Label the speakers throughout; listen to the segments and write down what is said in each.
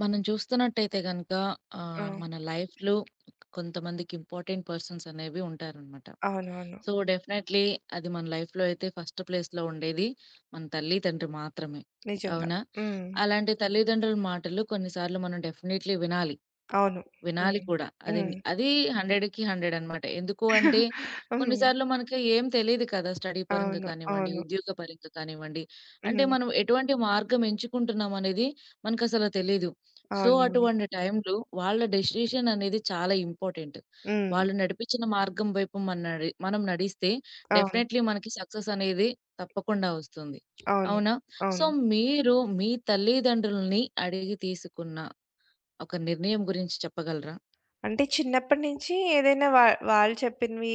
Speaker 1: మనం చూస్తున్నట్టయితే గనక
Speaker 2: ఆ!
Speaker 1: మన లైఫ్‌లో కొంతమందికి ఇంపార్టెంట్ పర్సన్స్ అనేవి ఉంటారనమాట.
Speaker 2: అవునవును.
Speaker 1: సో, డెఫినైట్‌లీ అది మన లైఫ్‌లో అయితే ఫస్ట్ ప్లేస్‌లో ఉండేది మన తల్లితండ్రి మాత్రమే.
Speaker 2: నిజంగా.
Speaker 1: అవునా?
Speaker 2: హ్మ్.
Speaker 1: అలాంటి తల్లిదండ్రుల మాటలు కొన్నిసార్లు మనం డెఫినైట్‌లీ వినాలి.
Speaker 2: అవును.
Speaker 1: వినాలి
Speaker 2: హ్మ్.
Speaker 1: కూడా. అది న్
Speaker 2: హ్మ్.
Speaker 1: అది 100కి 100 అనమాట. ఎందుకు అంటే,
Speaker 2: హ్మ్.
Speaker 1: కొన్నిసార్లు మనకి ఏం తెలీదు కదా! స్టడీ పరంగా
Speaker 2: అవును.
Speaker 1: కానివ్వండి,
Speaker 2: అవును.
Speaker 1: ఉద్యోగ పరంగా కానివ్వండి. అంటే
Speaker 2: హ్మ్.
Speaker 1: మనం ఎటువంటి మార్గం ఎంచుకుంటున్నాం అనేది మనకసల తెలీదు. సో,
Speaker 2: అవునవును.
Speaker 1: అటువంటి టైంలో వాళ్ళ డెసిషన్ అనేది చాలా ఇంపార్టెంట్.
Speaker 2: హ్మ్.
Speaker 1: వాళ్ళు నడిపించిన మార్గం వైపు మన నడి మనం నడిస్తే
Speaker 2: అవును.
Speaker 1: డెఫినైట్‌లీ మనకి సక్సెస్ అనేది తప్పకుండా వస్తుంది.
Speaker 2: అవును.
Speaker 1: అవునా? సో,
Speaker 2: అవును.
Speaker 1: మీరు మీ తల్లిదండ్రులని అడిగి తీసుకున్న ఒక నిర్ణయం గురించి చెప్పగలరా?
Speaker 2: అంటే చిన్నప్పటి నుంచి ఏదైనా వాళ్ళు చెప్పినవి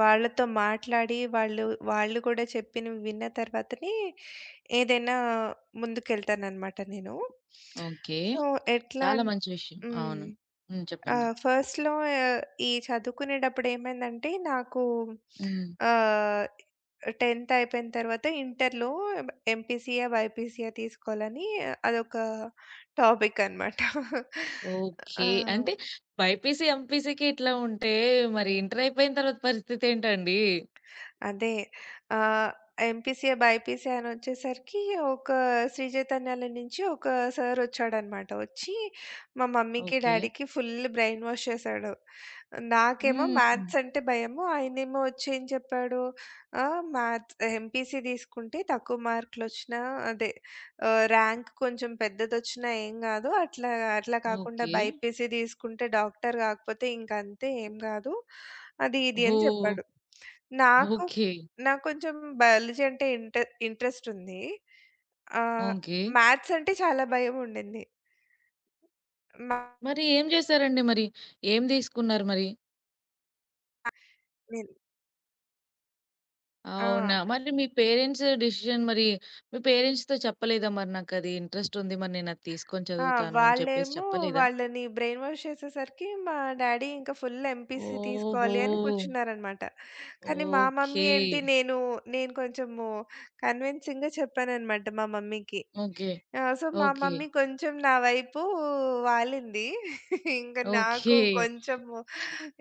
Speaker 2: వాళ్ళతో మాట్లాడి వాళ్ళు వాళ్ళు కూడా చెప్పినవి విన్న తర్వాతనే ఏదైనా ముందుకెళ్తాననమాట నేను.
Speaker 1: ఓకే.
Speaker 2: సో, ఎట్లా
Speaker 1: చాలా
Speaker 2: అన్
Speaker 1: మంచి విషయం.
Speaker 2: హ్మ్.
Speaker 1: అవును. హ్మ్. చెప్పండి.
Speaker 2: ఫస్ట్‌లో ఆహ్, ఈ చదువుకునేటప్పుడు ఏమైందంటే నాకు
Speaker 1: హ్మ్.
Speaker 2: ఆహ్, 10థ్ అయిపోయిన తర్వాత ఇంటర్‌లో ఎంపీసీయా, బైపీసీయా తీసుకోవాలని అదొక టాపిక్ అనమాట. ఆ!
Speaker 1: ఓకే. అంటే బైపీసీ, ఎంపీసీకి ఇట్లా ఉంటే మరి ఇంటర్ అయిపోయిన తర్వాత పరిస్థితేంటండి?
Speaker 2: అదే. ఆహ్, ఎంపీసీఏ, బైపీసీ అనొచ్చేసరికి ఒక శ్రీ చైతన్యాల నుంచి ఒక సార్ వచ్చాడనమాట. వచ్చి మా మమ్మీకి,
Speaker 1: ఓకే.
Speaker 2: డ్యాడీకి ఫుల్ బ్రెయిన్ వాష్ చేశాడు. నాకేమో
Speaker 1: హ్మ్.
Speaker 2: మ్యాథ్స్ అంటే భయము. ఆయనేమో వచ్చి ఏం చెప్పాడు, మ్యాథ్స్ ఎంపీసీ తీసుకుంటే తక్కువ మార్కులొచ్చినా అదే ర్యాంక్ కొంచెం పెద్దదొచ్చినా ఏం గాదు. అట్లా అట్లా కాకుండా
Speaker 1: ఓకే.
Speaker 2: బైపీసీ తీసుకుంటే డాక్టర్ కాకపోతే ఇంకంతే ఏం గాదు. అది ఇది అని
Speaker 1: ఓహ్!
Speaker 2: చెప్పాడు. నాకు,
Speaker 1: ఓకే.
Speaker 2: నాకు కొంచెం బయాలజీ అంటే ఇంట్రెస్ట్ ఉంది. ఆహ్,
Speaker 1: ఓకే.
Speaker 2: మ్యాథ్స్ అంటే చాలా భయం ఉండింది. మా
Speaker 1: మరి ఏం జేశారండి మరి? ఏం తీసుకున్నారు మరి?
Speaker 2: నేను
Speaker 1: అవునా!
Speaker 2: ఆ!
Speaker 1: మరి మీ పేరెంట్స్ డెసిషన్ మరి మీ పేరెంట్స్‌తో చెప్పలేదా మరి నాకది ఇంట్రెస్ట్ ఉంది. మరి నేనది తీసుకొని
Speaker 2: ఆ!
Speaker 1: చదువుతాను అని చెప్పేసి
Speaker 2: వాళ్ళేమో
Speaker 1: చెప్పలేదా?
Speaker 2: వాళ్ళని బ్రెయిన్ వాష్ చేసేసరికి మా డ్యాడీ ఇంకా ఫుల్ ఎంపీసీ
Speaker 1: ఓహో!
Speaker 2: తీసుకోవాలి అని కూర్చున్నారనమాట. కానీ మా మమ్మీ
Speaker 1: ఓకే.
Speaker 2: ఏంటి నేను నేను కొంచెము కన్విన్సింగ్‌గా చెప్పాననమాట మా మమ్మీకి.
Speaker 1: ఓకే.
Speaker 2: సో, మా
Speaker 1: ఓకే.
Speaker 2: మమ్మీ కొంచెం నా వైపు వాలింది. ఇంక
Speaker 1: ఓకే.
Speaker 2: నాకు కొంచెము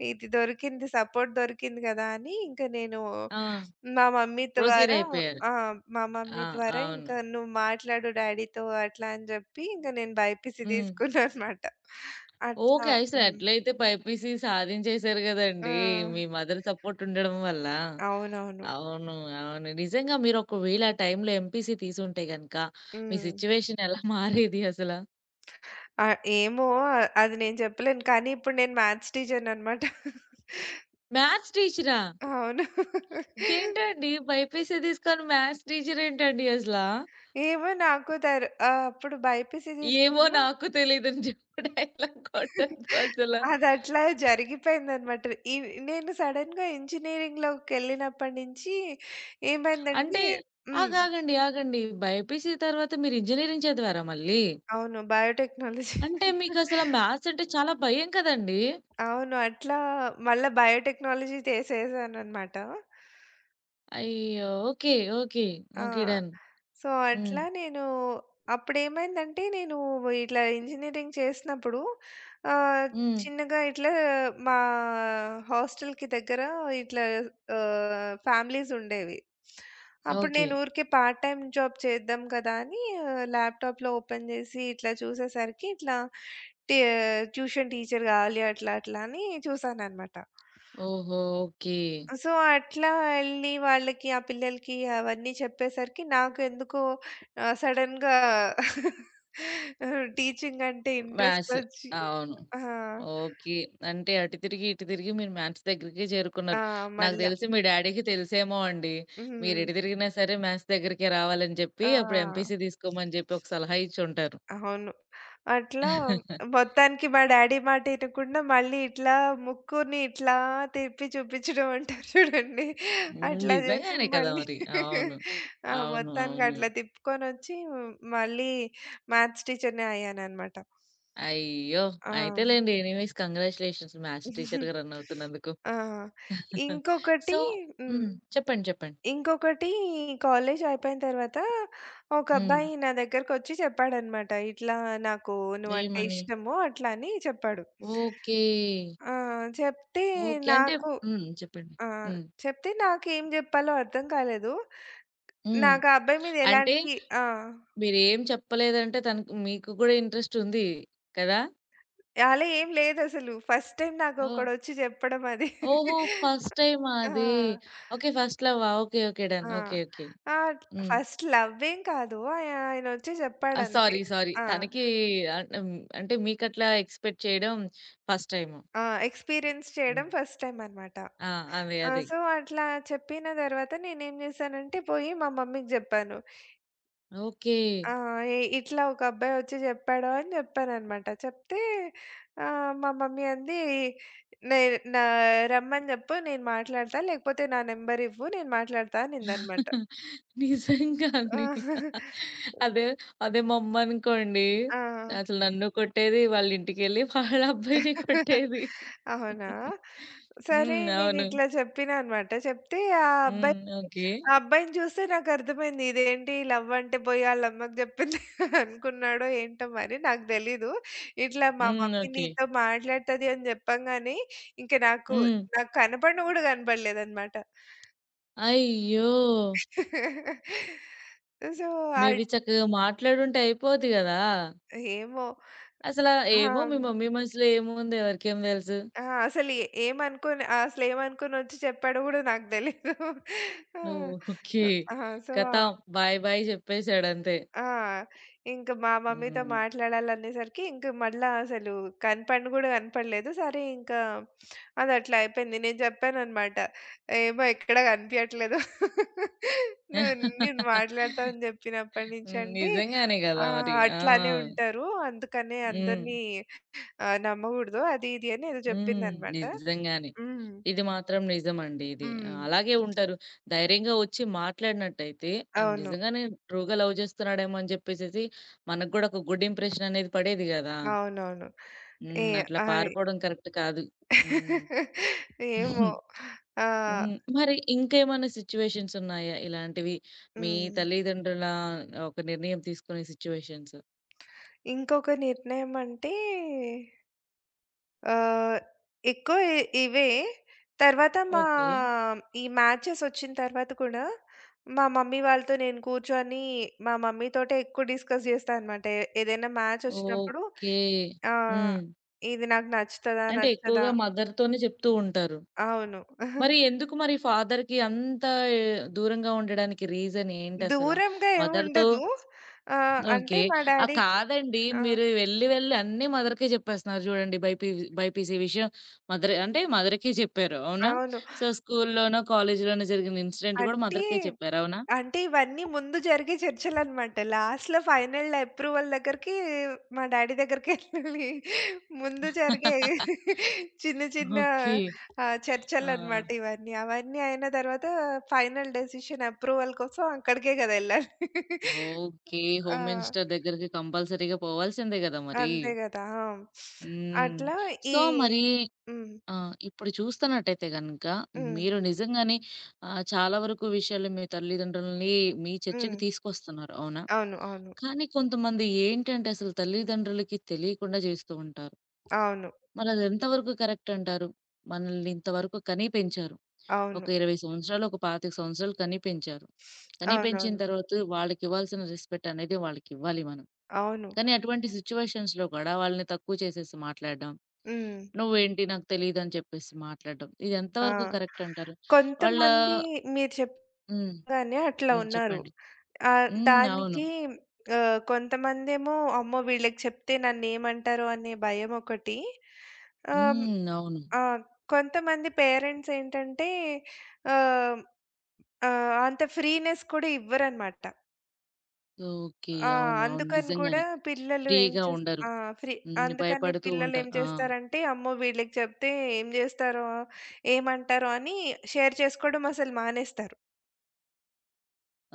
Speaker 2: ఇది దొరికింది సపోర్ట్ దొరికింది కదా! అని ఇంక నేను
Speaker 1: ఆ!
Speaker 2: మా మమ్మీ
Speaker 1: ప్రొసీడ్
Speaker 2: ద్వారా
Speaker 1: అయిపోయారు.
Speaker 2: ఆ! మా మమ్మీ
Speaker 1: ఆ!
Speaker 2: ద్వారా
Speaker 1: అవును.
Speaker 2: ఇంకా "నువ్వు మాట్లాడు డ్యాడీతో" అట్లా అని జెప్పి ఇంక నేను బైపీసీ
Speaker 1: హ్మ్.
Speaker 2: తీసుకున్నాననమాట. అట్లా
Speaker 1: ఓకే. అసలు
Speaker 2: హ్మ్.
Speaker 1: ఎట్లయితే బైపీసీ సాధించేసారు
Speaker 2: ఆ!
Speaker 1: గదండీ! మీ మదర్ సపోర్ట్ ఉండడం వల్ల.
Speaker 2: అవునవును.
Speaker 1: అవును. అవును. నిజంగా మీరొకవేళ ఆ టైంలో ఎంపీసీ తీసుంటే గనక, మీ
Speaker 2: హ్మ్.
Speaker 1: సిట్యుయేషన్ ఎలా మారేది అసల?
Speaker 2: ఆ! ఏమో అది నేను చెప్పలేను. కానీ ఇప్పుడు నేను మ్యాథ్స్ టీచర్‌ననమాట.
Speaker 1: మ్యాథ్స్ టీచరా?
Speaker 2: అవును.
Speaker 1: ఇదేంటండి బైపీసీ తీసుకొని మ్యాథ్స్ టీచర్ ఏంటండి అసలా?
Speaker 2: ఏమో నాకు తరు అప్పుడు బైపీసీ
Speaker 1: ఏమో
Speaker 2: తీసుకున్నా.
Speaker 1: నాకు తెలీదని చెప్పు డైలాగ్ కొట్టొద్దు అసల.
Speaker 2: అదట్లా జరిగిపోయిందనమాట. ఈ నేను సడెన్‌గా ఇంజినీరింగ్‌లోకెళ్ళినప్పటి నుంచి
Speaker 1: అంటే
Speaker 2: ఏమైందంటే హ్మ్.
Speaker 1: ఆగు, ఆగండి, ఆగండి. బైపీసీ తర్వాత మీరు ఇంజినీరింగ్ చదివారా మళ్ళీ?
Speaker 2: అవును. బయోటెక్నాలజీ.
Speaker 1: అంటే మీకసల మ్యాథ్స్ అంటే చాలా భయం కదండీ!
Speaker 2: అవును. అట్లా మళ్ళా బయోటెక్నాలజీ తీసేసాననమాట.
Speaker 1: అయ్యో! ఓకే. ఓకే.
Speaker 2: ఆ!
Speaker 1: ఓకే. డన్.
Speaker 2: సో,
Speaker 1: హ్మ్.
Speaker 2: అట్లా నేను అప్పుడేమైందంటే, నేను ఇట్లా ఇంజినీరింగ్ చేసినప్పుడు ఆహ్,
Speaker 1: హ్మ్.
Speaker 2: చిన్నగా ఇట్లా మా హాస్టల్‌కి దగ్గర ఇట్లా ఫ్యామిలీస్ ఉండేవి. అప్పుడు
Speaker 1: ఓకే.
Speaker 2: నేను ఊరికే పార్ట్ టైమ్ జాబ్ చేద్దాం కదా! అని ల్యాప్‌టాప్‌లో ఓపెన్ చేసి ఇట్లా చూసేసరికి ఇట్లా టి ట్యూషన్ టీచర్ కావాలి అట్లా అట్లా అని చూసాననమాట.
Speaker 1: ఓహో! ఓకే.
Speaker 2: సో, అట్లా ఎళ్లి వాళ్ళకి, ఆ పిల్లలకి అవన్నీ చెప్పేసరికి నాకెందుకో సడెన్‌గా ఆహ్, టీచింగ్ అంటే ఇంట్రెస్ట్
Speaker 1: మ్యాథ్స్.
Speaker 2: ఒచ్చి
Speaker 1: అవును.
Speaker 2: ఆ!
Speaker 1: ఓకే. అంటే అటు తిరిగి, ఇటు తిరిగి మీరు మ్యాథ్స్ దగ్గరికే
Speaker 2: ఆ!
Speaker 1: చేరుకున్నారు. నాకు
Speaker 2: మళ్ళా.
Speaker 1: తెలిసి మీ డ్యాడీకి తెలుసేమో అండి. మీరు ఎటు
Speaker 2: హ్మ్.
Speaker 1: తిరిగినా సరే మ్యాథ్స్ దగ్గరికే రావాలని చెప్పి
Speaker 2: ఆ!
Speaker 1: అప్పుడు ఎంపీసీ తీసుకోమని చెప్పి ఒక సలహా ఇచ్చుంటారు.
Speaker 2: అవును. అట్లా మొత్తానికి మా డ్యాడీ మాట ఇనకుండా మళ్ళీ ఇట్లా ముక్కుని ఇట్లా తిప్పి చూపించడం అంటారు చూడండి.
Speaker 1: హ్మ్.
Speaker 2: అట్లా చేసి
Speaker 1: నిజంగానే కదా
Speaker 2: మళ్ళీ
Speaker 1: మరి. అవును.
Speaker 2: ఆ!
Speaker 1: అవును.
Speaker 2: మొత్తానికి
Speaker 1: అవును.
Speaker 2: అట్లా తిప్పుకొనొచ్చి మళ్ళీ మ్యాథ్స్ టీచర్‌నే అయ్యాననమాట.
Speaker 1: అయ్యో!
Speaker 2: ఆ!
Speaker 1: అయితేలేండి ఎనీవేస్ కంగ్రాచ్యులేషన్స్ మ్యాథ్స్ టీచర్‌గా రన్ అవుతున్నందుకు.
Speaker 2: ఆ!
Speaker 1: సో
Speaker 2: ఇంకొకటి హ్మ్.
Speaker 1: హ్మ్. చెప్పండి. చెప్పండి.
Speaker 2: ఇంకొకటి కాలేజ్ అయిపోయిన తర్వాత ఒక
Speaker 1: హ్మ్.
Speaker 2: అబ్బాయి నా దగ్గరకొచ్చి చెప్పాడనమాట. ఇట్లా నాకు నువ్వంటే
Speaker 1: ఏమని?
Speaker 2: ఇష్టము అట్లా అని చెప్పాడు.
Speaker 1: ఓకే.
Speaker 2: ఆ! చెప్తే
Speaker 1: ఓకే. అంటే
Speaker 2: నాకు
Speaker 1: హ్మ్. చెప్పండి.
Speaker 2: ఆ!
Speaker 1: హ్మ్.
Speaker 2: చెప్తే నాకేం జెప్పాలో అర్థం కాలేదు.
Speaker 1: హ్మ్.
Speaker 2: నాకు ఆ అబ్బాయి మీద
Speaker 1: అంటే
Speaker 2: ఎలాంటి ఆ!
Speaker 1: మీరేం చెప్పలేదంటే తనకు మీకు గూడా ఇంట్రెస్ట్ ఉంది కదా?
Speaker 2: అలా ఏం లేదసలు. ఫస్ట్ టైమ్
Speaker 1: ఓహ్!
Speaker 2: నాకొకడొచ్చి జెప్పడం అది.
Speaker 1: ఓహో! ఫస్ట్ టైమా అది?
Speaker 2: ఆ!
Speaker 1: ఓకే. ఫస్ట్ లవ్వా? ఓకే. ఓకే. డన్.
Speaker 2: ఆ!
Speaker 1: ఓకే. ఓకే.
Speaker 2: ఆ!
Speaker 1: హ్మ్.
Speaker 2: ఫస్ట్ లవ్ ఏం కాదు. ఆయనొచ్చి
Speaker 1: ఆ!
Speaker 2: జెప్పాడంతే.
Speaker 1: సారీ. సారీ.
Speaker 2: ఆ!
Speaker 1: తనకి హ్మ్. అంటే మీకట్లా ఎక్స్‌పెక్ట్ చేయడం ఫస్ట్ టైము.
Speaker 2: ఆ! ఎక్స్‌పీరియన్స్ చేయడం
Speaker 1: హ్మ్.
Speaker 2: ఫస్ట్ టైమ్ అనమాట.
Speaker 1: ఆ! అదే.
Speaker 2: ఆ!
Speaker 1: అదే.
Speaker 2: సో, అట్లా చెప్పిన తర్వాత నేనేం జేశానంటే పోయి మా మమ్మీకి జెప్పాను.
Speaker 1: ఓకే.
Speaker 2: ఇట్లా ఒక అబ్బాయి ఒచ్చి జెప్పాడు" అని జెప్పాననమాట. చెప్తే మా మమ్మీ అంది, "నే నా రమ్మని జెప్పు నేను మాట్లాడతా లేకపోతే నా నెంబర్ ఇవ్వు నేను మాట్లాడతా" అనిందనమాట. ఆ!
Speaker 1: నిజంగానే. అదే అదే మా అమ్మనుకోండి
Speaker 2: ఆ!
Speaker 1: అసలు నన్ను కొట్టేది, వాళ్ళ ఇంటికెళ్ళి వాళ్ళ అబ్బాయిని కొట్టేది.
Speaker 2: అవునా? సరే
Speaker 1: హ్మ్. అవును.
Speaker 2: నేనిట్లా చెప్పినా అనమాట. చెప్తే ఆ అబ్బాయి
Speaker 1: హ్మ్. ఓకే.
Speaker 2: ఆ అబ్బాయిని చూస్తే నాకర్థమైంది. ఇదేంటి లవ్ అంటే పోయి ఆళ్ళమ్మకి జెప్పింది అనుకున్నాడో ఏంటో మరి నాకు తెలీదు. ఇట్లా మా
Speaker 1: హ్మ్.
Speaker 2: Mummy
Speaker 1: okay.
Speaker 2: నీతో మాట్లాడతది అని జెప్పంగానే ఇంక నాకు
Speaker 1: హ్మ్.
Speaker 2: నాకు కనపడను గూడా కనపడలేదనమాట.
Speaker 1: అయ్యో!
Speaker 2: సో, అల్
Speaker 1: మేబీ చక్కగా మాట్లాడుంటే అయిపోద్ది గదా!
Speaker 2: ఏమో!
Speaker 1: అసల
Speaker 2: ఆ!
Speaker 1: ఏమో మీ మమ్మీ మనసులో ఏముంది ఎవరికేం తెలుసు?
Speaker 2: ఆ! అసలు అసలేమనుకోనొచ్చి చెప్పాడో గూడా నాకు తెలీదు. ఆ!
Speaker 1: ఓకే.
Speaker 2: ఆ! సో,
Speaker 1: ఖతం. బాయ్ బాయ్ చెప్పేసాడంతే.
Speaker 2: ఆ! ఇంక మా మమ్మీతో
Speaker 1: హ్మ్.
Speaker 2: మాట్లాడాలనేసరికి ఇంక మళ్ళా అసలు కనపడను గూడా కనపడలేదు. సరే ఇంకా అదట్లా అయిపోయింది. నేను చెప్పాననమాట. ఏమో ఎక్కడ కనిపియట్లేదు. నువ్వు నేను మాట్లాడతా అని చెప్పినప్పటి నుంచి
Speaker 1: హ్మ్.
Speaker 2: అంటే,
Speaker 1: నిజంగానే గదా!
Speaker 2: "ఆ!
Speaker 1: మరి. ఆ!
Speaker 2: అట్లానే ఉంటారు. అందుకనే
Speaker 1: హ్మ్.
Speaker 2: అందరిని నమ్మగూడదు." అది ఇది అని ఏదో
Speaker 1: హ్మ్.
Speaker 2: చెప్పిందనమాట.
Speaker 1: నిజంగానే.
Speaker 2: హ్మ్.
Speaker 1: ఇది మాత్రం నిజమండి ఇది.
Speaker 2: హ్మ్.
Speaker 1: అలాగే ఉంటారు. ధైర్యంగా ఒచ్చి మాట్లాడినట్టయితే
Speaker 2: అవును.
Speaker 1: నిజంగానే ట్రూగా లవ్ చేస్తున్నాడేమో అని జెప్పేసేసి మనకు గూడా ఒక గుడ్ ఇంప్రెషన్ అనేది పడేది గదా!
Speaker 2: అవునవును. ఏ
Speaker 1: హ్మ్. అట్లా
Speaker 2: అది
Speaker 1: పారిపోవడం కరెక్ట్ కాదు. హ్మ్.
Speaker 2: ఏమో. ఆ!
Speaker 1: హ్మ్. మరి ఇంకేమన్నా సిట్యుయేషన్స్ ఉన్నాయా? ఇలాంటివి మీ
Speaker 2: హ్మ్.
Speaker 1: తల్లిదండ్రుల ఒక నిర్ణయం తీసుకునే సిట్యుయేషన్స్?
Speaker 2: ఇంకొక నిర్ణయం అంటే ఆహ్, ఎక్కువ ఇవే. తర్వాత మా
Speaker 1: ఓకే.
Speaker 2: ఈ మ్యాచెస్ ఒచ్చిన తర్వాత కూడా మా మమ్మీ వాళ్ళతో నేను కూర్చొని మా మమ్మీ తోటే ఎక్కువ డిస్కస్ చేస్తా అనమాట. ఏదైనా మ్యాచ్ ఒచ్చినప్పుడు
Speaker 1: ఓకే.
Speaker 2: ఆ!
Speaker 1: హ్మ్.
Speaker 2: ఇది నాకు నచ్చుతదా?
Speaker 1: అంటే
Speaker 2: నచ్చదా?
Speaker 1: ఎక్కువగా మదర్‌తోనే చెప్తూ ఉంటారు.
Speaker 2: అవును.
Speaker 1: మరి ఎందుకు మరి ఫాదర్‌కి అంత దూరంగా ఉండడానికి రీజన్ ఏంటసల?
Speaker 2: దూరంగా
Speaker 1: మదర్‌తో
Speaker 2: ఏముండదు.
Speaker 1: ఓకే.
Speaker 2: అంటే మా
Speaker 1: ఆ!
Speaker 2: డ్యాడీకి
Speaker 1: కాదండి.
Speaker 2: ఆ!
Speaker 1: మీరు వెళ్లి, వెళ్లి అన్నీ మదర్‌కే జెప్పేస్తున్నారు జూడండి బైపీసీ విషయం. మదర్ అంటే మదర్‌కే చెప్పారు. అవునా?
Speaker 2: అవును.
Speaker 1: సో, స్కూల్లోనో, కాలేజీలోనో జరిగిన ఇన్సిడెంట్ గూడా
Speaker 2: అంటే,
Speaker 1: మదర్‌కే చెప్పారు. అవునా?
Speaker 2: అంటే ఇవన్నీ ముందు జరిగే చర్చలనమాట. లాస్ట్‌లో ఫైనల్ అప్రూవల్ దగ్గరికి మా డ్యాడీ దగ్గరికెళ్ళి ముందు జరిగే చిన్న చిన్న
Speaker 1: ఓకే. ఆ!
Speaker 2: చర్చలనమాట ఇవన్నీ. అవన్నీ అయిన తర్వాత ఫైనల్ డెసిషన్ అప్రూవల్ కోసం అక్కడికే కదా! ఎళ్ళాలి.
Speaker 1: ఓకే.
Speaker 2: ఆ!
Speaker 1: హోమ్ మినిస్టర్ దగ్గరికి కంపల్సరీ‌గా పోవాల్సిందే గదా! మరి.
Speaker 2: అంతే గదా! ఆ!
Speaker 1: హ్మ్.
Speaker 2: అట్లా ఈ
Speaker 1: సో, మరి
Speaker 2: హ్మ్.
Speaker 1: ఆ! ఇప్పుడు చూస్తున్నట్టయితే గనక
Speaker 2: హ్మ్.
Speaker 1: మీరు నిజంగానే చాలా వరకు విషయాలు మీ తల్లిదండ్రులని మీ చర్చకి
Speaker 2: హ్మ్.
Speaker 1: తీసుకొస్తున్నారు. అవునా?
Speaker 2: అవును. అవును.
Speaker 1: కానీ కొంతమంది ఏంటంటే అసలు తల్లిదండ్రులకి తెలియకుండా చేస్తూ ఉంటారు.
Speaker 2: అవును.
Speaker 1: మరది ఎంతవరకు కరెక్ట్ అంటారు? మనల్ని ఇంతవరకు కని పెంచారు. ఒక
Speaker 2: అవును.
Speaker 1: 20 సంవత్సరాలు, ఒక 25 సంవత్సరాలు కని పెంచారు. కని పెంచిన
Speaker 2: అవునవును.
Speaker 1: తర్వాత వాళ్ళకివ్వాల్సిన రెస్పెక్ట్ అనేది వాళ్ళకివ్వాలి మనం.
Speaker 2: అవును.
Speaker 1: కానీ అటువంటి సిట్యుయేషన్స్‌లో కూడా వాళ్ళని తక్కువ చేసేసి మాట్లాడడం,
Speaker 2: హ్మ్.
Speaker 1: "నువ్వేంటి నాకు తెలీదని" చెప్పేసి మాట్లాడడం. ఇది
Speaker 2: ఆ!
Speaker 1: ఎంతవరకు కరెక్ట్ అంటారు? వాళ్ళ
Speaker 2: కొంతమంది మీరు
Speaker 1: హ్మ్.
Speaker 2: చెప్పగానే అట్లా
Speaker 1: హ్మ్.
Speaker 2: ఉన్నారు.
Speaker 1: చెప్పండి. హ్మ్. అవును.
Speaker 2: దానికి కొంతమందేమో అమ్మో! వీళ్ళకి చెప్తే నన్నేమంటారో అనే భయం ఒకటి. ఆహ్,
Speaker 1: హ్మ్. అవును.
Speaker 2: ఆ! కొంతమంది పేరెంట్స్ ఏంటంటే ఆహ్, అంత ఫ్రీనెస్ కూడా ఇవ్వరనమాట.
Speaker 1: ఓకే.
Speaker 2: ఆ!
Speaker 1: అవును. అవును.
Speaker 2: అందుకని కూడా
Speaker 1: నిజంగానే.
Speaker 2: పిల్లలు ఏం
Speaker 1: ఫ్రీగా
Speaker 2: చేస్
Speaker 1: ఉండరు.
Speaker 2: ఆ! ఫ్రీ.
Speaker 1: హ్మ్.
Speaker 2: అందుకని
Speaker 1: భయపడుతూ
Speaker 2: పిల్లలేం
Speaker 1: ఉంటారు. ఆ!
Speaker 2: చేస్తారంటే, అమ్మో! వీళ్ళకి చెప్తే ఏం చేస్తారో, ఏమంటారో అని షేర్ చేసుకోవడం అసలు మానేస్తారు.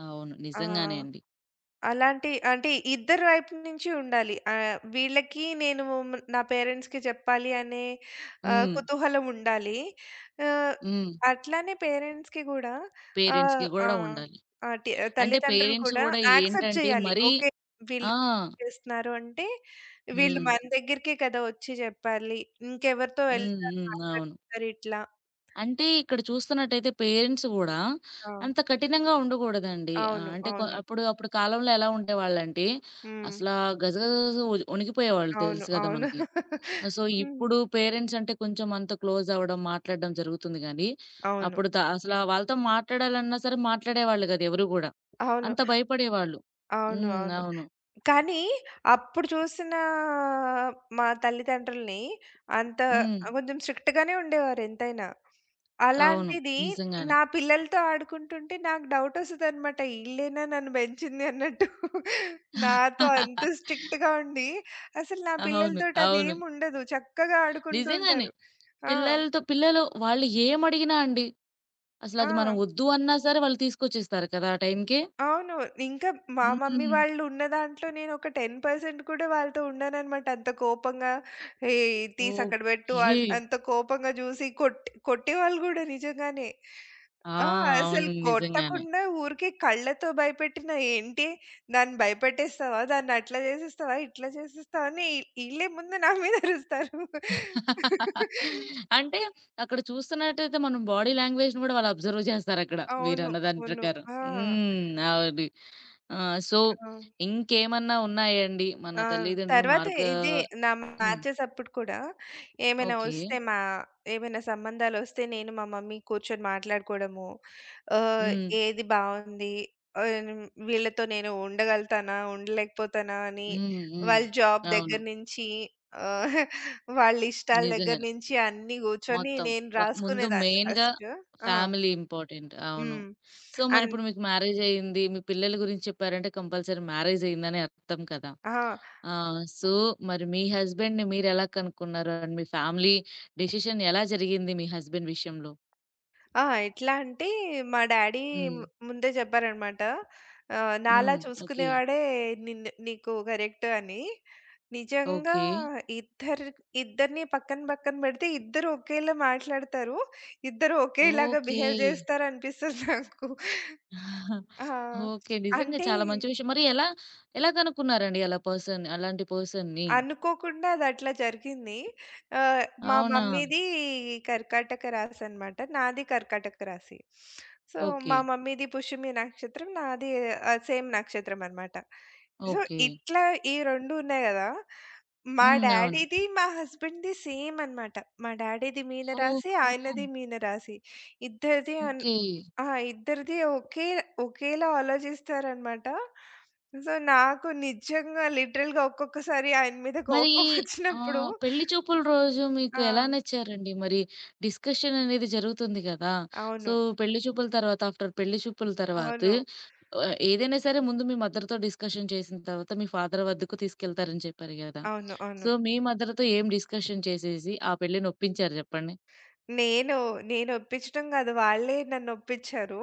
Speaker 1: అవును. నిజంగానే
Speaker 2: ఆ!
Speaker 1: అండి.
Speaker 2: అలాంటి అంటే ఇద్దరి వైపు నుంచి ఉండాలి. వీళ్ళకి నేను నా పేరెంట్స్‌కి చెప్పాలి అనే
Speaker 1: హ్మ్.
Speaker 2: కుతూహలం ఉండాలి. ఆహ్,
Speaker 1: హ్మ్.
Speaker 2: అట్లానే పేరెంట్స్‌కి గూడా
Speaker 1: పేరెంట్స్‌కి
Speaker 2: ఆ!
Speaker 1: గూడా ఉండాలి.
Speaker 2: ఆ! టి
Speaker 1: అంటే
Speaker 2: తల్లిదండ్రులు
Speaker 1: పేరెంట్స్
Speaker 2: కూడా
Speaker 1: గూడా
Speaker 2: యాక్సెప్ట్
Speaker 1: ఏంటంటే
Speaker 2: చేయాలి.
Speaker 1: మరీ
Speaker 2: ఓకే.
Speaker 1: ఆ!
Speaker 2: వీళ్ళు చేస్తున్నారు అంటే వీళ్ళు
Speaker 1: హ్మ్.
Speaker 2: మన దగ్గరికే కదా వచ్చి చెప్పాలి. ఇంకెవరితో
Speaker 1: హ్మ్.
Speaker 2: వెళ్తారు
Speaker 1: హ్మ్. అవును.
Speaker 2: మాట్లాడతారు ఇట్లా.
Speaker 1: అంటే ఇక్కడ చూస్తున్నట్టయితే పేరెంట్స్ గూడా
Speaker 2: ఆ!
Speaker 1: అంత కఠినంగా ఉండగూడదండి.
Speaker 2: అవును.
Speaker 1: అంటే కొ
Speaker 2: అవును.
Speaker 1: అప్పుడు అప్పుడు కాలంలో ఎలా ఉండేవాళ్ళంటే
Speaker 2: హ్మ్.
Speaker 1: అసలా గజగజ వొణికిపోయేవాళ్ళు
Speaker 2: అవును.
Speaker 1: తెలుసు గదా!
Speaker 2: అవును.
Speaker 1: మనకి. సో,
Speaker 2: హ్మ్.
Speaker 1: ఇప్పుడు పేరెంట్స్ అంటే కొంచెం అంత క్లోజ్ అవ్వడం, మాట్లాడడం జరుగుతుంది గానీ,
Speaker 2: అవును.
Speaker 1: అప్పుడు అసలా వాళ్ళతో మాట్లాడాలన్నా సరే మాట్లాడేవాళ్ళు గాదు ఎవరు గూడా.
Speaker 2: అవును.
Speaker 1: అంత భయపడేవాళ్ళు.
Speaker 2: అవును.
Speaker 1: హ్మ్.
Speaker 2: అవును.
Speaker 1: అవును.
Speaker 2: కానీ, అప్పుడు చూసిన మా తల్లిదండ్రులని అంత
Speaker 1: హ్మ్.
Speaker 2: కొంచెం స్ట్రిక్ట్‌గానే ఉండేవారు ఎంతైనా.
Speaker 1: అవును.
Speaker 2: అలాంటిది
Speaker 1: నిజంగానే.
Speaker 2: నా పిల్లలతో ఆడుకుంటుంటే నాకు డౌటొస్తదనమాట. ఈళ్ళేనా నన్ను బెంచింది అన్నట్టు. నాతో అంత స్ట్రిక్ట్‌గా ఉండి, అసలు నా
Speaker 1: అవును.
Speaker 2: పిల్లలతోటి
Speaker 1: అవును.
Speaker 2: అదేముండదు. చక్కగా ఆడుకుంటూ
Speaker 1: నిజంగానే.
Speaker 2: ఉంటారు. ఆ!
Speaker 1: పిల్లలతో పిల్లలు వాళ్ళు ఏమడిగినా అండి.
Speaker 2: ఆ!
Speaker 1: అసలది మనం వద్దు అన్నా సరే వాళ్ళు తీసుకొచ్చేస్తారు కదా! ఆ టైంకే.
Speaker 2: అవును. ఇంకా మా మమ్మీ
Speaker 1: హ్మ్.
Speaker 2: వాళ్ళు ఉన్న దాంట్లో నేనొక 10% కూడా వాళ్ళతో ఉండననమాట. అంత కోపంగా "ఏయ్! తీసి అక్కడ పెట్టు"
Speaker 1: ఓకే.
Speaker 2: అంత కోపంగా జూసి కొట్టేవాళ్ళు గూడా నిజంగానే.
Speaker 1: ఆ!
Speaker 2: ఆ!
Speaker 1: అవును.
Speaker 2: అసలు
Speaker 1: నిజంగానే.
Speaker 2: కొట్టకుండా ఊరికే కళ్ళతో భయపెట్టిన "ఏంటి దాన్ని భయపెట్టేస్తావా? దాన్ని అట్లా జేసేస్తావా? ఇట్లా చేసేస్తావా?" అని ఈళ్ళే ముందు నా మీద అరుస్తారు.
Speaker 1: అంటే అక్కడ చూస్తున్నట్టయితే మనం బాడీ లాంగ్వేజ్‌ని గూడా వాళ్ళు అబ్జర్వ్ జేస్తారక్కడ.
Speaker 2: అవును.
Speaker 1: మీరన్న దాని
Speaker 2: అవును.
Speaker 1: ప్రకారం.
Speaker 2: ఆ!
Speaker 1: హ్మ్. అవును. ఆ! సో,
Speaker 2: ఆ!
Speaker 1: ఇంకేమన్నా ఉన్నాయా అండి? మన
Speaker 2: ఆ!
Speaker 1: తల్లిదండ్రులు
Speaker 2: తర్వాత
Speaker 1: మార్గా
Speaker 2: ఇది నా
Speaker 1: హ్మ్.
Speaker 2: మ్యాచెస్ అప్పుడు కూడా ఏమైనా
Speaker 1: ఓకే.
Speaker 2: వస్తే మా ఏమైనా సంబంధాలొస్తే నేను మా మమ్మీ కూర్చొని మాట్లాడుకోవడము. ఆహ్,
Speaker 1: హ్మ్.
Speaker 2: ఏది బావుంది? వీళ్ళతో నేను ఉండగలుగుతానా? ఉండలేకపోతానా? అని
Speaker 1: హ్మ్. హ్మ్.
Speaker 2: వాళ్ళ జాబ్
Speaker 1: అవును.
Speaker 2: దగ్గర నుంచి ఆహ్, వాళ్ళ ఇష్టాల దగ్గర
Speaker 1: నిజంగానే.
Speaker 2: నుంచి అన్నీ కూర్చొని
Speaker 1: మొత్తం.
Speaker 2: నేను
Speaker 1: వ ముందు
Speaker 2: రాసుకునేదాన్ని
Speaker 1: మెయిన్‌గా
Speaker 2: ఫస్ట్. ఆ!
Speaker 1: Family important. అవును.
Speaker 2: హ్మ్.
Speaker 1: సో,
Speaker 2: అండ్
Speaker 1: మరిప్పుడు మీకు మ్యారేజయింది. మీ పిల్లల గురించి చెప్పారంటే కంపల్సరీ మ్యారేజయిందని అర్థం కదా!
Speaker 2: ఆ!
Speaker 1: ఆ! సో, మరి మీ హస్బెండ్‌ని మీరెలా కనుక్కున్నారు? అండ్ మీ ఫ్యామిలీ డెసిషన్ ఎలా జరిగింది మీ హస్బెండ్ విషయంలో?
Speaker 2: ఆ! ఎట్లా అంటే మా డ్యాడీ
Speaker 1: హ్మ్.
Speaker 2: ము ముందే జెప్పారనమాట. నాలా
Speaker 1: హ్మ్. ఓకే.
Speaker 2: చూసుకునేవాడే నిన్ను నీకు కరెక్ట్ అని. నిజంగా
Speaker 1: ఓకే.
Speaker 2: ఇద్దరు ఇద్దరిని పక్కన పక్కన బెడితే ఇద్దరు ఒకేలా మాట్లాడతారు. ఇద్దరు ఒకేలాగా
Speaker 1: ఓకే.
Speaker 2: బిహేవ్ జేస్తారనిపిస్తది నాకు. ఆ!
Speaker 1: ఓకే. నిజంగా
Speaker 2: అంటే
Speaker 1: చాలా మంచి విషయం. మరి ఎలా, ఎలా కనుక్కున్నారండి అలా పర్సన్ అలాంటి పర్సన్‌ని?
Speaker 2: అనుకోకుండా అదట్లా జరిగింది. ఆహ్, మా
Speaker 1: అవునా!
Speaker 2: మమ్మీది కర్కాటక రాశి అనమాట. నాది కర్కాటక రాశి. So,
Speaker 1: okay.
Speaker 2: మా మమ్మీది పుష్యమి నక్షత్రం. నాది సేమ్ నక్షత్రం అనమాట. So,
Speaker 1: okay.
Speaker 2: ఇట్లా ఈ 2 ఉన్నాయి గదా! మా
Speaker 1: హ్మ్. అవును.
Speaker 2: డ్యాడీది, మా హస్బెండ్‌ది సేమ్ అనమాట. మా డ్యాడీది మీనరాశి,
Speaker 1: ఓహో!
Speaker 2: ఆయనది మీనరాశి. ఇద్దరిది అన్
Speaker 1: ఓకే.
Speaker 2: ఆ! ఇద్దరిది ఒకే ఒకేలా ఆలోచిస్తారనమాట. సో, నాకు నిజంగా లిటరల్‌గా ఒక్కొక్కసారి ఆయన మీద
Speaker 1: మరి
Speaker 2: కోపం వచ్చినప్పుడు
Speaker 1: పెళ్లి చూపుల రోజు మీకు
Speaker 2: ఆ!
Speaker 1: ఎలా నచ్చారండి? మరి డిస్కషన్ అనేది జరుగుతుంది కదా! సో,
Speaker 2: అవును.
Speaker 1: పెళ్లి చూపుల తర్వాత ఆఫ్టర్ పెళ్లి చూపుల తర్వాత
Speaker 2: అవును.
Speaker 1: ఏదైనా సరే ముందు మీ మదర్‌తో డిస్కషన్ చేసిన తర్వాత మీ ఫాదర్ వద్దకు తీసుకెళ్తారని చెప్పారు గదా!
Speaker 2: అవును.
Speaker 1: సో,
Speaker 2: అవును.
Speaker 1: మీ మదర్‌తో ఏం డిస్కషన్ చేసేసి ఆ పెళ్ళిని ఒప్పించారు జెప్పండి?
Speaker 2: నేను నేను ఒప్పించడం కాదు. వాళ్ళే నన్ను ఒప్పించారు.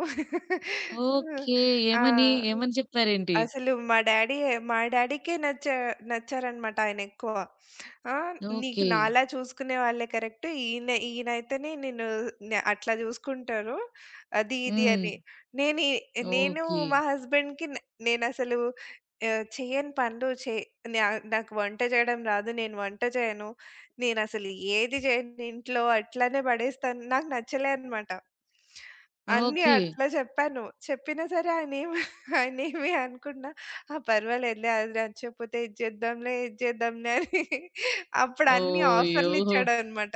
Speaker 1: ఓకే.
Speaker 2: ఆ!
Speaker 1: ఏమని? ఏమని చెప్పారేంటి?
Speaker 2: అసలు మా డ్యాడీకే నచ్చారనమాట ఆయనెక్కువ. ఆ! "నీకు
Speaker 1: ఓకే.
Speaker 2: నాలా చూసుకునే వాళ్ళే కరెక్ట్. ఈయనైతేనే నిన్ను అట్లా చూసుకుంటారు." అది ఇది
Speaker 1: హ్మ్.
Speaker 2: అని. నేనీ నేను
Speaker 1: ఓకే.
Speaker 2: మా హస్బెండ్‌కి నేనసలు చెయ్యని పనులు చె నా నాకు వంట చేయడం రాదు. నేను వంట చేయను. నేనసలు ఏది చేయను ఇంట్లో అట్లానే పడేస్తాను. నాకు నచ్చలే అనమాట. అన్నీ
Speaker 1: ఓకే.
Speaker 2: అట్లా చెప్పాను. చెప్పినా సరే ఆయనేం నేనేమి అనుకున్నా, ఆ! పర్వాలేదులే అది నచ్చకపోతే ఇది చేద్దాంలే అని అప్పుడు అన్ని
Speaker 1: ఓయ్యో!
Speaker 2: ఆఫర్‌లు ఇచ్చాడనమాట.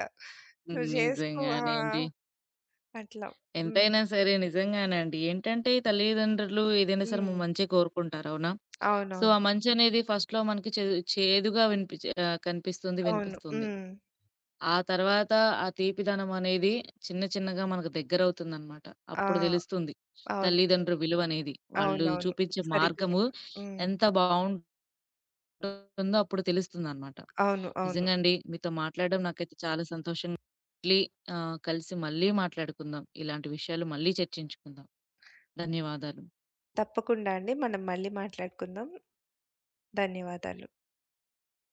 Speaker 1: హ్మ్.
Speaker 2: నువ్వు చేసుకో ఆ!
Speaker 1: నిజంగానేండి.
Speaker 2: అట్లా. హ్మ్.
Speaker 1: ఎంతైనా సరే నిజంగానండి. ఏంటంటే ఈ తల్లిదండ్రులు ఏదైనా సరే
Speaker 2: హ్మ్.
Speaker 1: మన మంచే కోరుకుంటారు. అవునా? సో,
Speaker 2: అవునవును.
Speaker 1: ఆ మంచనేది ఫస్ట్‌లో మనకి చేదు చేదుగా వినిపిచి కనిపిస్తుంది,
Speaker 2: అవును.
Speaker 1: వినిపిస్తుంది.
Speaker 2: హ్మ్.
Speaker 1: ఆ తర్వాత ఆ తీపిదనం అనేది చిన్న చిన్నగా మనకు దగ్గరవుతుందనమాట.
Speaker 2: ఆ!
Speaker 1: అప్పుడు తెలుస్తుంది
Speaker 2: అవును.
Speaker 1: తల్లిదండ్రు విలువనేది. వాళ్ళు
Speaker 2: అవునవును.
Speaker 1: చూపించే
Speaker 2: సరిగ్గా
Speaker 1: మార్గము
Speaker 2: చెప్పారు. హ్మ్.
Speaker 1: ఎంత ఉందో అప్పుడు తెలుస్తుందనమాట.
Speaker 2: అవును. అవును.
Speaker 1: నిజంగా అండి. మీతో మాట్లాడడం నాకైతే చాలా సంతోషంగా మళ్ళీ కలిసి మళ్ళీ మాట్లాడుకుందాం. ఇలాంటి విషయాలు మళ్ళీ చర్చించుకుందాం. ధన్యవాదాలు.
Speaker 2: తప్పకుండా అండి. మనం మళ్ళీ మాట్లాడుకుందాం. ధన్యవాదాలు.